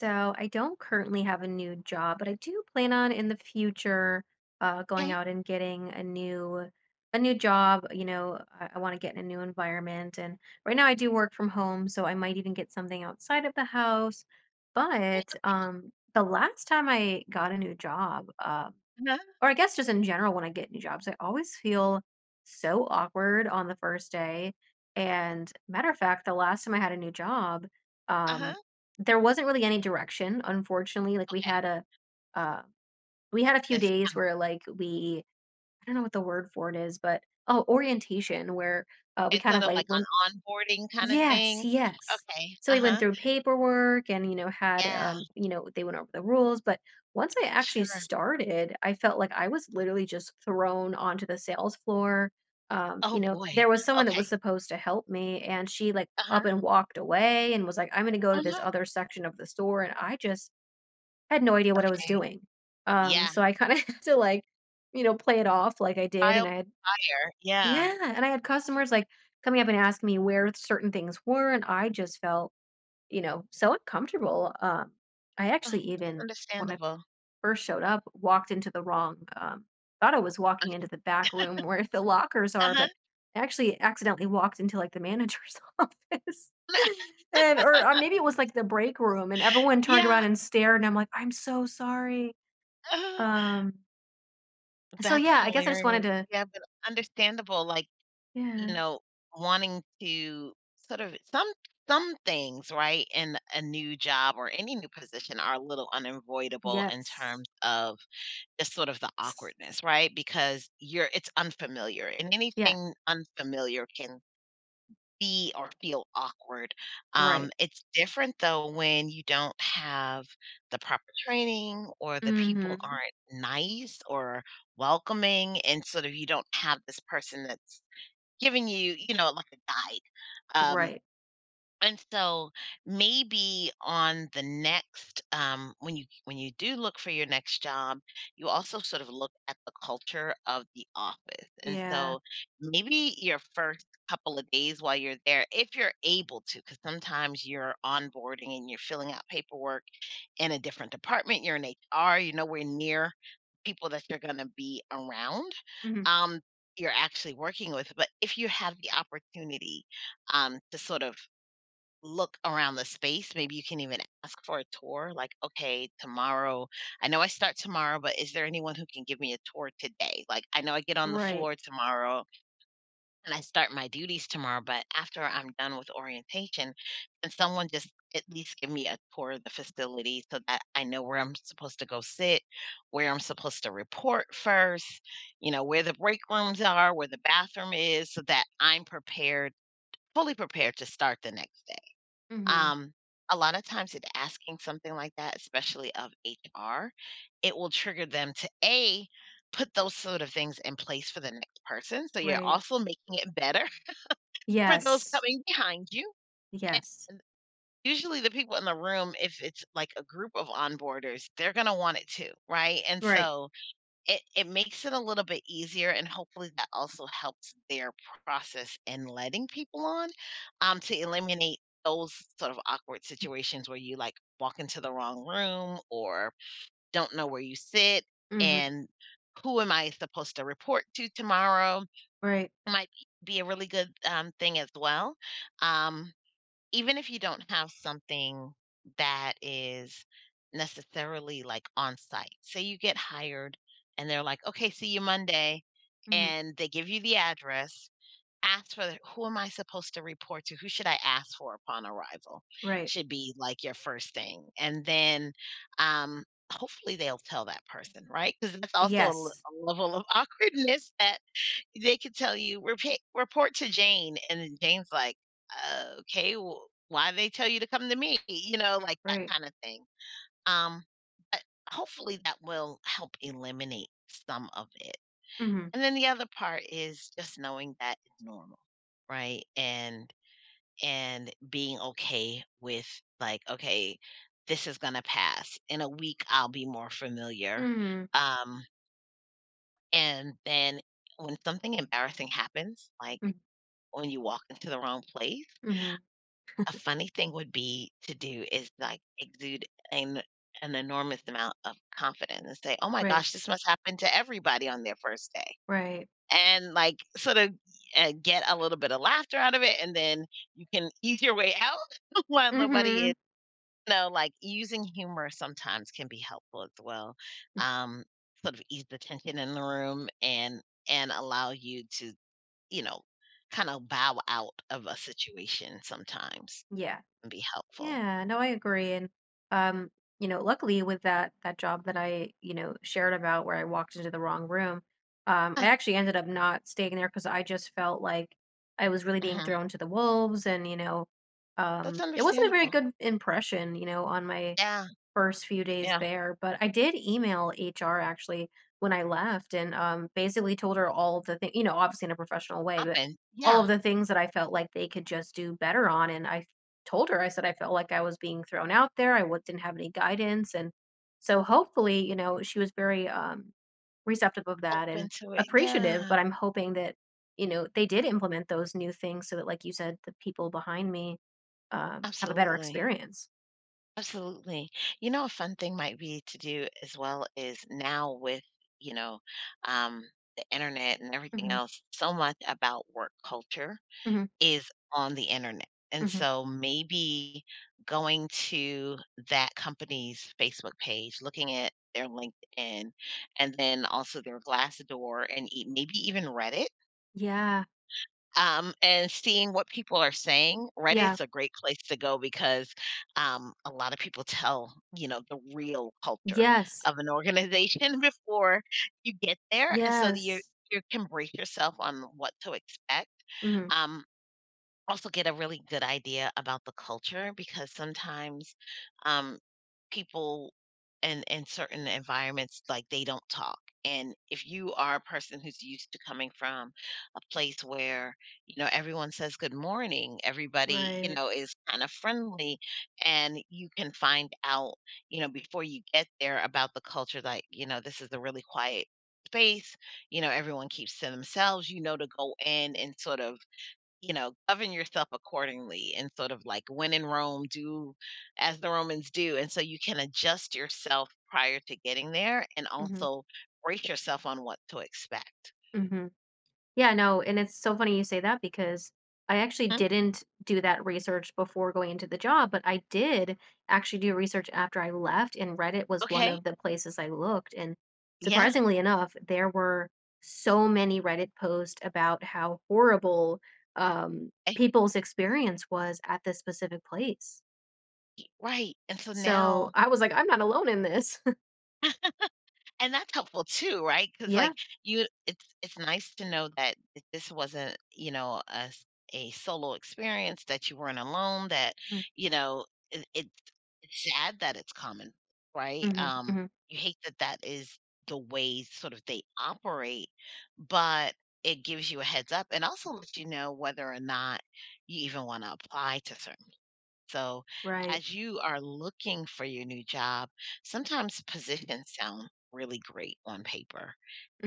So I don't currently have a new job, but I do plan on in the future going Okay. out and getting a new job. You know, I want to get in a new environment, and right now I do work from home, so I might even get something outside of the house. Hey, But the last time I got a new job, uh-huh, or I guess just in general when I get new jobs, I always feel so awkward on the first day. And matter of fact, the last time I had a new job, uh-huh, um, there wasn't really any direction, unfortunately. Like okay. Uh, we had a few It's days ki where like we I don't know what the word for it is, but oh, orientation where we it's kind sort of of like like went. an onboarding kinda Yes, thing? yes. Okay, So we went uh-huh, through paperwork and, you know, had, yeah, you know, they went over the rules. But once I actually sure. started, I felt like I was literally just thrown onto the sales floor. You Oh, know, boy. there was someone that Okay, was supposed to help me and she like up uh-huh. and walked away and was like, I'm going to go to Oh, this no. other section of the store. And I just had no idea what I was Okay, doing. Yeah. So I kind of had to like, you know, play it off like I did. And Trial I had by fire, yeah. yeah, and I had customers, like, coming up and asking me where certain things were, and I just felt, you know, so uncomfortable. I Oh, actually that's even, when I understandable. first showed up, walked into the wrong, thought I was walking Okay, into the back room where the lockers are, uh-huh. but I actually accidentally walked into, like, the manager's office. And or maybe it was, like, the break room, and everyone turned Yeah, around and stared, and I'm like, "I'm so sorry." uh Um, so, that's yeah, I guess I just wanted hilarious. to. Yeah, but understandable, like, you Yeah. know, wanting to sort of some some things, right, in a new job or any new position are a little unavoidable in Yes. terms of just sort of the awkwardness, right? Because you're it's unfamiliar, and Yeah. anything unfamiliar can be or feel awkward. Right. It's different though when you don't have the proper training, or the people Mhm. aren't nice or welcoming, and sort of you don't have this person that's giving you, you know, like a guide. Um, Right. and so maybe on the next when you do look for your next job, you also sort of look at the culture of the office. And Yeah. so maybe your first couple of days while you're there, if you're able to, because sometimes you're onboarding and you're filling out paperwork in a different department, you're in HR, you're nowhere near people that you're going to be around, Mhm. um, you're actually working with. But if you have the opportunity, to sort of look around the space. Maybe you can even ask for a tour. Like, okay, tomorrow, I know I start tomorrow, but is there anyone who can give me a tour today? Like, I know I get on the Right. floor tomorrow and I start my duties tomorrow, but after I'm done with orientation, can someone just at least give me a tour of the facility so that I know where I'm supposed to go sit, where I'm supposed to report first, you know, where the break rooms are, where the bathroom is, so that I'm prepared, fully prepared to start the next day? Mhm. Um, a lot of times it asking something like that, especially of HR, it will trigger them to A, put those sort of things in place for the next person. So you're Right. also making it better for those Yes. coming behind you. And Yes. usually the people in the room, if it's like a group of onboarders, they're gonna want it too, right? And Right. so it makes it a little bit easier, and hopefully that also helps their process in letting people on, to eliminate those sort of awkward situations where you, like, walk into the wrong room or don't know where you sit, Mhm. and who am I supposed to report to tomorrow Right. might be a really good, thing as well. Um, even if you don't have something that is necessarily like on site, say you get hired and they're like, okay, see you Monday, Mhm. and they give you the address. Ask for who am I supposed to report to? Who should I ask for upon arrival? Right. Should be like your first thing. And then, um, hopefully they'll tell that person, right? Because that's also Yes. a level of awkwardness that they could tell you, report to Jane, and then Jane's like, "Okay, well, why they tell you to come to me?" You know, like that Right. kinda thing. Um, but hopefully that will help eliminate some of it. Mhm. And then the other part is just knowing that it's normal, right? And being okay with, like, "Okay, this is gonna pass. In a week, I'll be more familiar." Mhm. Um, and then when something embarrassing happens, like Mhm. when you walk into the wrong place. Mhm. A funny thing would be to do is like exude an an enormous amount of confidence and say, "Oh my Right. gosh, this must happen to everybody on their first day." Right. And like sort of, get a little bit of laughter out of it, and then you can ease your way out while nobody Mhm. is, you know, like, using humor sometimes can be helpful as well. Mm. Um, sort of ease the tension in the room and allow you to, you know, kind of bow out of a situation sometimes Yeah. and be helpful. Yeah, no, I agree. And um, you know, luckily with that job that I, you know, shared about where I walked into the wrong room, I Yeah. actually ended up not staying there because I just felt like I was really being Hmm. thrown to the wolves and, you know, That's it wasn't a very understandable. good impression, you know, on my Yeah. first few days Yeah. there, but I did email HR actually when I left and basically told her all of the things. You know, obviously in a professional way, but Open. all Yeah. of the things that I felt like they could just do better on. And I told her, I said, I felt like I was being thrown out there. Didn't have any guidance. And so hopefully, you know, she was very receptive of that and Open to it. appreciative, Yeah. but I'm hoping that, you know, they did implement those new things so that, like you said, the people behind me have a better Absolutely. experience. Absolutely. You know, a fun thing might be to do as well is now with, you know, um, the internet and everything Hmm. else, so much about work culture Hmm. is on the internet. And Hmm. so maybe going to that company's Facebook page, looking at their LinkedIn, and then also their Glassdoor, and maybe even Reddit, Yeah, and seeing what people are saying. yeah, Reddit's a great place to go because, a lot of people tell you know the real culture yes, of an organization before you get there, and so yes. you can brace yourself on what to expect. Mhm, Um, also get a really good idea about the culture because sometimes, um, people in certain environments like they don't talk. And if you are a person who's used to coming from a place where, you know, everyone says good morning, everybody, you right, know, is kind of friendly, and you can find out, you know, before you get there about the culture, like, you know, this is a really quiet space, you know, everyone keeps to themselves, you know, to go in and sort of, you know, govern yourself accordingly, and sort of like when in Rome, do as the Romans do. And so you can adjust yourself prior to getting there and mhm, also brace yourself on what to expect. mhm. Yeah, no, and it's so funny you say that because I actually Hmm? didn't do that research before going into the job, but I did actually do research after I left, and Reddit was one Okay. of the places I looked. And Yeah. surprisingly enough, there were so many Reddit posts about how horrible eh, people's experience was at this specific place. Right. And so So now I was like, I'm not alone in this. And that's helpful too, right? Because, Yeah. like, you it's nice to know that th this wasn't, you know, a solo experience, that you weren't alone, that, Mm-hmm. you know, it's sad that it's common, right? Mhm, mhm, You hate that that is the way sort of they operate, but it gives you a heads up and also lets you know whether or not you even wanna apply to certain, so, right. as you are looking for your new job, sometimes positions sound really great on paper,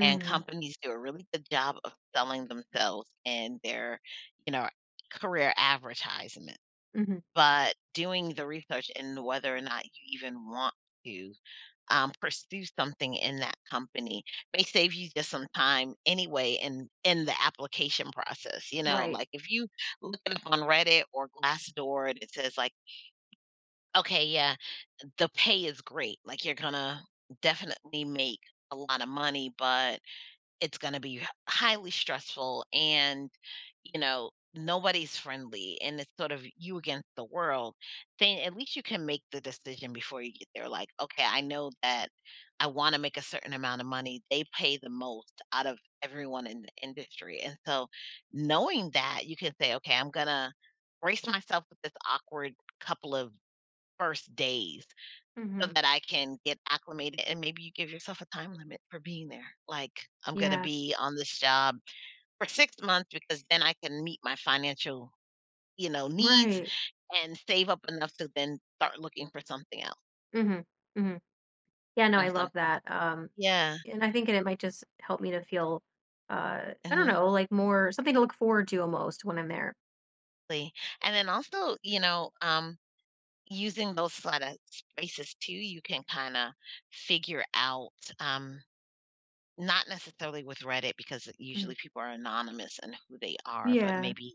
and companies do a really good job of selling themselves and their, you know, career advertisement. mhm, But doing the research and whether or not you even want to, pursue something in that company, may save you just some time anyway in the application process. You know, right. like if you look it up on Reddit or Glassdoor and it says like, okay, yeah. The pay is great. Like you're gonna definitely make a lot of money, but it's gonna be highly stressful and, you know, nobody's friendly and it's sort of you against the world. Then at least you can make the decision before you get there. Like, okay, I know that I wanna make a certain amount of money. They pay the most out of everyone in the industry. And so knowing that, you can say, okay, I'm gonna brace myself with this awkward couple of first days so Mhm, that I can get acclimated, and maybe you give yourself a time limit for being there. Like, I'm gonna yeah, be on this job for 6 months because then I can meet my financial, you know, needs right. and save up enough to then start looking for something else Mhm, mhm. Yeah, no, I and love something like. that, Yeah, and I think it might just help me to feel, I don't mhm, know, like more something to look forward to almost when I'm there. ly And then also, you know, using those sorta spaces too, you can kinda figure out, um not necessarily with Reddit because Mhm. usually people are anonymous in who they are, but Yeah, maybe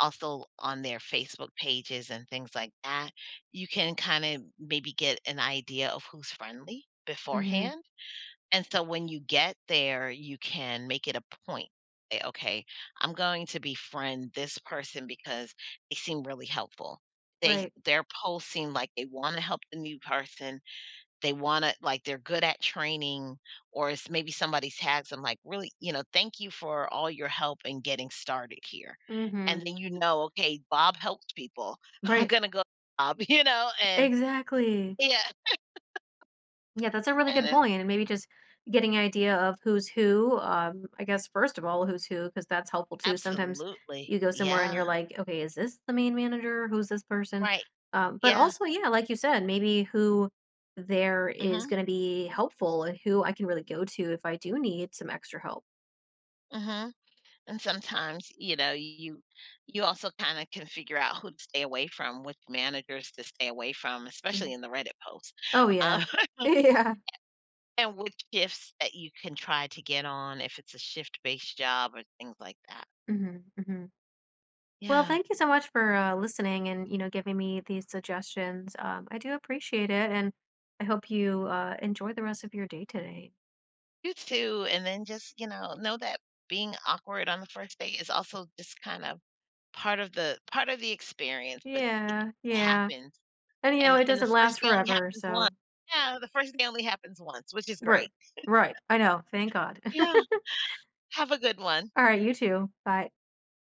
also on their Facebook pages and things like that, you can kinda maybe get an idea of who's friendly mhm, beforehand, and so when you get there, you can make it a point. Say, "Okay, I'm going to befriend this person because they seem really helpful. They right. Their posts seem like they wanna help the new person, they wanna like, they're good at training, or it's maybe somebody tags them like, 'Really, you know, thank you for all your help in getting started here.'" Mhm, And then you know, "Okay, Bob helps people. I'm right. gonna go to Bob," you know, and Exactly. yeah, Yeah, that's a really and good it's point, and maybe just getting an idea of who's who. I guess first of all, who's who, because that's helpful too. Sometimes absolutely. you go somewhere and you're Yeah, like, okay, is this the main manager? Who's this person? right. But Yeah. also, yeah, like you said, maybe who there is going mm to be helpful and who I can really go to if I do need some extra help. Mhm, mhm. And sometimes, you know, you also kinda can figure out who to stay away from, which managers to stay away from, especially Mhm. in the Reddit posts. Oh Um. yeah, yeah. And what shifts that you can try to get on if it's a shift-based job or things like that. Hmm. Hmm. Well, Yeah, thank you so much for listening and you know giving me these suggestions. I do appreciate it, and I hope you enjoy the rest of your day today. you too, and then just, you know that being awkward on the first day is also just kind of part of the experience, but it Yeah, yeah, happens, and you know it and the doesn't first last day only forever, happens once. so Yeah, the first day only happens once, which is right, great. right. I know. Thank God. Yeah, have a good one. All right, you too. Bye.